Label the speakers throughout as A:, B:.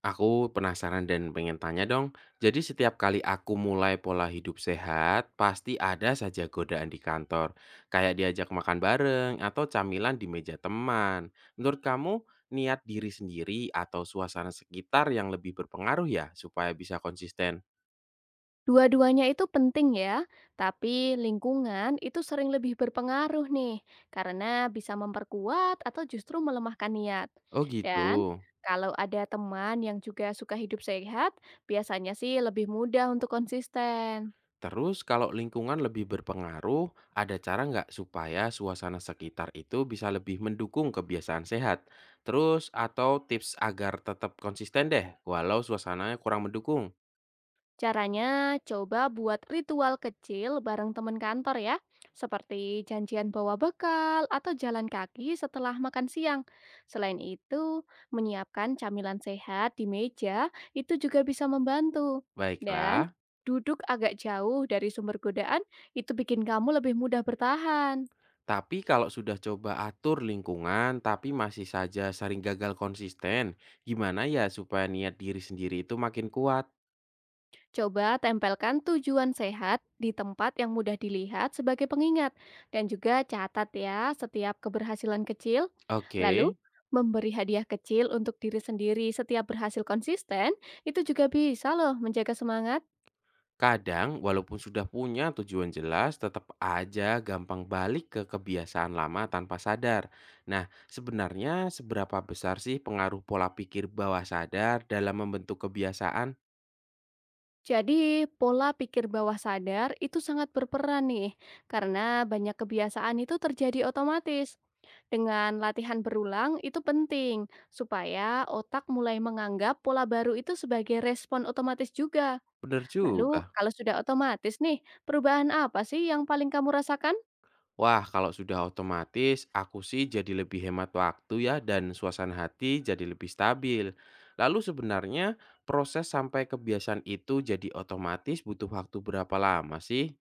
A: Aku penasaran dan pengen tanya dong. Jadi setiap kali aku mulai pola hidup sehat, pasti ada saja godaan di kantor. Kayak diajak makan bareng atau camilan di meja teman. Menurut kamu, niat diri sendiri atau suasana sekitar yang lebih berpengaruh ya supaya bisa konsisten?
B: Dua-duanya itu penting ya, tapi lingkungan itu sering lebih berpengaruh nih, karena bisa memperkuat atau justru melemahkan niat.
A: Oh gitu.
B: Dan kalau ada teman yang juga suka hidup sehat, biasanya sih lebih mudah untuk konsisten.
A: Terus kalau lingkungan lebih berpengaruh, ada cara nggak supaya suasana sekitar itu bisa lebih mendukung kebiasaan sehat? Terus atau tips agar tetap konsisten deh, walau suasananya kurang mendukung?
B: Caranya, coba buat ritual kecil bareng teman kantor ya, seperti janjian bawa bekal atau jalan kaki setelah makan siang. Selain itu, menyiapkan camilan sehat di meja itu juga bisa membantu. Dan
A: Baiklah,
B: duduk agak jauh dari sumber godaan itu bikin kamu lebih mudah bertahan.
A: tapi kalau sudah coba atur lingkungan tapi masih saja sering gagal konsisten, gimana ya supaya niat diri sendiri itu makin kuat?
B: Coba tempelkan tujuan sehat di tempat yang mudah dilihat sebagai pengingat dan juga catat ya setiap keberhasilan kecil. Lalu
A: Oke.
B: memberi hadiah kecil untuk diri sendiri setiap berhasil konsisten itu juga bisa loh menjaga semangat.
A: Kadang, walaupun sudah punya tujuan jelas, tetap aja gampang balik ke kebiasaan lama tanpa sadar. Nah, sebenarnya seberapa besar sih pengaruh pola pikir bawah sadar dalam membentuk kebiasaan?
B: Jadi, pola pikir bawah sadar itu sangat berperan nih, karena banyak kebiasaan itu terjadi otomatis. Dengan latihan berulang itu penting, supaya otak mulai menganggap pola baru itu sebagai respon otomatis juga.
A: Bener
B: Lalu,
A: juga.
B: kalau sudah otomatis nih, perubahan apa sih yang paling kamu rasakan?
A: Wah, kalau sudah otomatis, aku sih jadi lebih hemat waktu ya dan suasana hati jadi lebih stabil. Lalu sebenarnya proses sampai kebiasaan itu jadi otomatis butuh waktu berapa lama sih?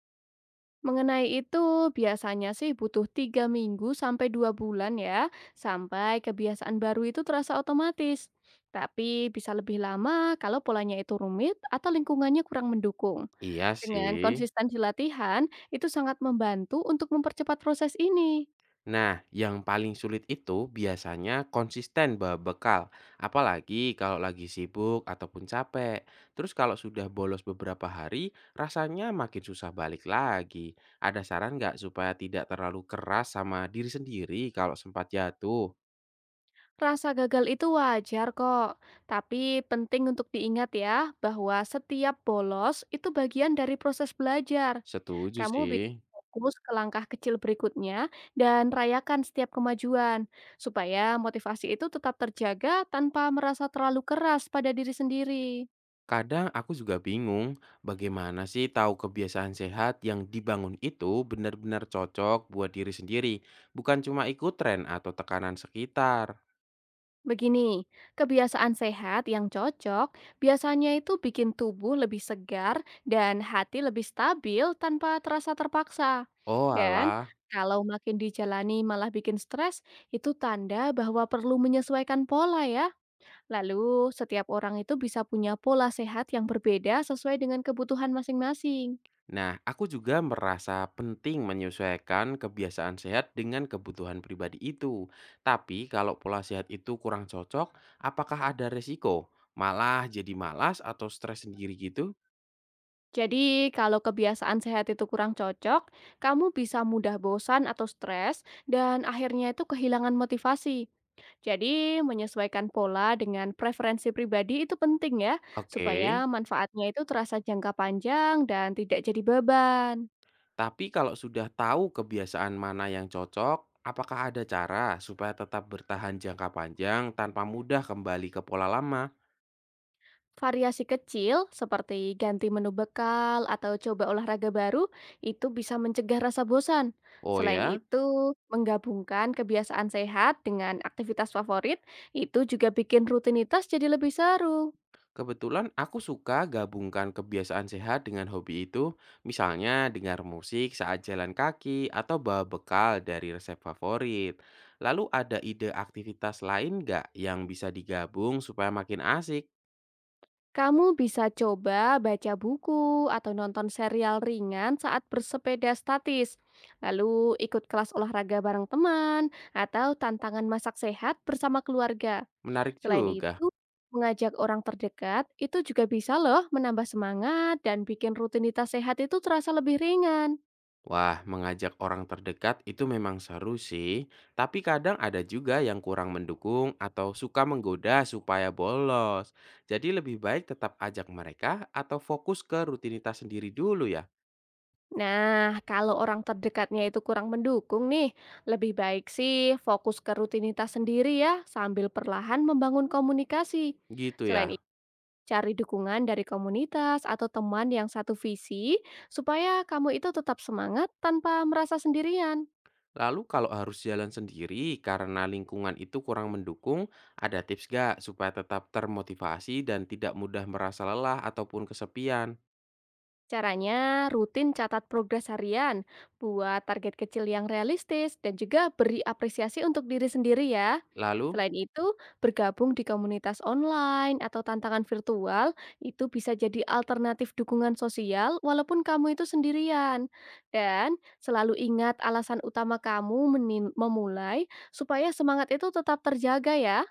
B: Mengenai itu, biasanya sih butuh 3 minggu sampai 2 bulan ya, sampai kebiasaan baru itu terasa otomatis. Tapi bisa lebih lama kalau polanya itu rumit atau lingkungannya kurang mendukung.
A: Iya
B: Dengan
A: sih.
B: konsistensi latihan, itu sangat membantu untuk mempercepat proses ini.
A: Nah, yang paling sulit itu biasanya konsisten bawa bekal, apalagi kalau lagi sibuk ataupun capek. Terus kalau sudah bolos beberapa hari, rasanya makin susah balik lagi. Ada saran nggak supaya tidak terlalu keras sama diri sendiri kalau sempat jatuh?
B: Rasa gagal itu wajar kok, tapi penting untuk diingat ya bahwa setiap bolos itu bagian dari proses belajar.
A: Setuju
B: Kamu
A: sih.
B: bisa fokus ke langkah kecil berikutnya dan rayakan setiap kemajuan, supaya motivasi itu tetap terjaga tanpa merasa terlalu keras pada diri sendiri.
A: Kadang aku juga bingung, bagaimana sih tahu kebiasaan sehat yang dibangun itu benar-benar cocok buat diri sendiri, bukan cuma ikut tren atau tekanan sekitar.
B: Begini, kebiasaan sehat yang cocok biasanya itu bikin tubuh lebih segar dan hati lebih stabil tanpa terasa terpaksa. Dan
A: Oalah.
B: kalau makin dijalani malah bikin stres, itu tanda bahwa perlu menyesuaikan pola ya. Lalu, setiap orang itu bisa punya pola sehat yang berbeda sesuai dengan kebutuhan masing-masing.
A: Nah, aku juga merasa penting menyesuaikan kebiasaan sehat dengan kebutuhan pribadi itu. Tapi kalau pola sehat itu kurang cocok, apakah ada resiko? Malah jadi malas atau stres sendiri gitu?
B: Jadi, kalau kebiasaan sehat itu kurang cocok, kamu bisa mudah bosan atau stres, dan akhirnya itu kehilangan motivasi. Jadi, menyesuaikan pola dengan preferensi pribadi itu penting ya,
A: Oke.
B: supaya manfaatnya itu terasa jangka panjang dan tidak jadi beban.
A: Tapi kalau sudah tahu kebiasaan mana yang cocok, apakah ada cara supaya tetap bertahan jangka panjang tanpa mudah kembali ke pola lama?
B: Variasi kecil seperti ganti menu bekal atau coba olahraga baru itu bisa mencegah rasa bosan.
A: Oh
B: Selain
A: ya?
B: itu, menggabungkan kebiasaan sehat dengan aktivitas favorit itu juga bikin rutinitas jadi lebih seru.
A: Kebetulan aku suka gabungkan kebiasaan sehat dengan hobi itu, misalnya dengar musik saat jalan kaki atau bawa bekal dari resep favorit. Lalu ada ide aktivitas lain nggak yang bisa digabung supaya makin asik?
B: Kamu bisa coba baca buku atau nonton serial ringan saat bersepeda statis. Lalu ikut kelas olahraga bareng teman atau tantangan masak sehat bersama keluarga.
A: Menarik
B: Selain
A: juga.
B: itu, mengajak orang terdekat itu juga bisa loh menambah semangat dan bikin rutinitas sehat itu terasa lebih ringan.
A: Wah, mengajak orang terdekat itu memang seru sih, tapi kadang ada juga yang kurang mendukung atau suka menggoda supaya bolos. Jadi lebih baik tetap ajak mereka atau fokus ke rutinitas sendiri dulu ya.
B: Nah, kalau orang terdekatnya itu kurang mendukung nih, lebih baik sih fokus ke rutinitas sendiri ya, sambil perlahan membangun komunikasi.
A: Gitu
B: Selain
A: ya.
B: itu, cari dukungan dari komunitas atau teman yang satu visi, supaya kamu itu tetap semangat tanpa merasa sendirian.
A: Lalu kalau harus jalan sendiri karena lingkungan itu kurang mendukung, ada tips gak supaya tetap termotivasi dan tidak mudah merasa lelah ataupun kesepian?
B: Caranya rutin catat progres harian, buat target kecil yang realistis, dan juga beri apresiasi untuk diri sendiri ya.
A: Lalu,
B: Selain itu, bergabung di komunitas online atau tantangan virtual itu bisa jadi alternatif dukungan sosial walaupun kamu itu sendirian. Dan selalu ingat alasan utama kamu memulai supaya semangat itu tetap terjaga ya.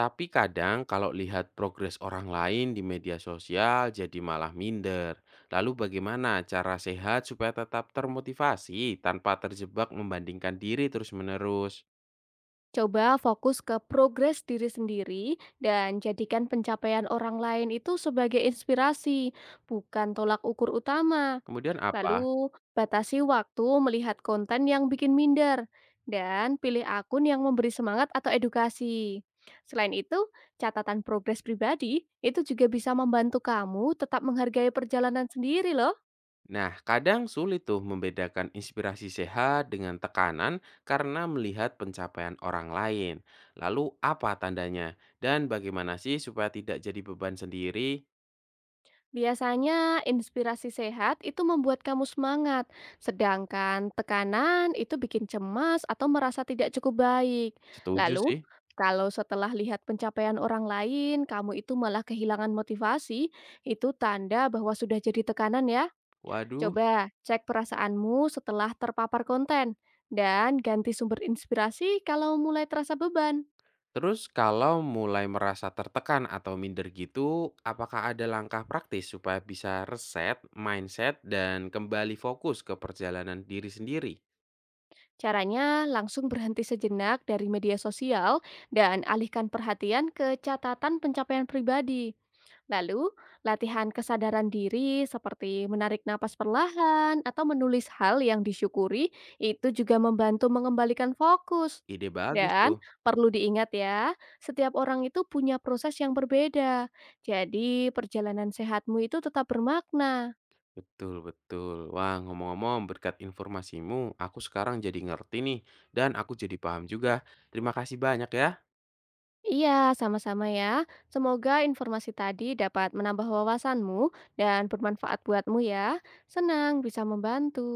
A: tapi kadang kalau lihat progres orang lain di media sosial jadi malah minder. Lalu bagaimana cara sehat supaya tetap termotivasi tanpa terjebak membandingkan diri terus-menerus?
B: Coba fokus ke progres diri sendiri dan jadikan pencapaian orang lain itu sebagai inspirasi, bukan tolak ukur utama.
A: Kemudian apa.
B: Lalu, batasi waktu melihat konten yang bikin minder dan pilih akun yang memberi semangat atau edukasi. Selain itu, catatan progres pribadi itu juga bisa membantu kamu tetap menghargai perjalanan sendiri loh.
A: Nah, kadang sulit tuh membedakan inspirasi sehat dengan tekanan karena melihat pencapaian orang lain. Lalu apa tandanya? Dan bagaimana sih supaya tidak jadi beban sendiri?
B: Biasanya inspirasi sehat itu membuat kamu semangat, sedangkan tekanan itu bikin cemas atau merasa tidak cukup baik.
A: Setuju
B: Lalu,
A: sih.
B: kalau setelah lihat pencapaian orang lain, kamu itu malah kehilangan motivasi, itu tanda bahwa sudah jadi tekanan ya.
A: Waduh.
B: Coba cek perasaanmu setelah terpapar konten dan ganti sumber inspirasi kalau mulai terasa beban.
A: Terus kalau mulai merasa tertekan atau minder gitu, apakah ada langkah praktis supaya bisa reset mindset dan kembali fokus ke perjalanan diri sendiri?
B: Caranya langsung berhenti sejenak dari media sosial dan alihkan perhatian ke catatan pencapaian pribadi. Lalu, latihan kesadaran diri seperti menarik napas perlahan atau menulis hal yang disyukuri itu juga membantu mengembalikan fokus.
A: Ide bagus
B: Dan
A: tuh.
B: perlu diingat ya, setiap orang itu punya proses yang berbeda. Jadi, perjalanan sehatmu itu tetap bermakna.
A: Betul, betul. Wah, ngomong-ngomong berkat informasimu, aku sekarang jadi ngerti nih, dan aku jadi paham juga. Terima kasih banyak ya.
B: Iya, sama-sama ya. Semoga informasi tadi dapat menambah wawasanmu dan bermanfaat buatmu ya. Senang bisa membantu.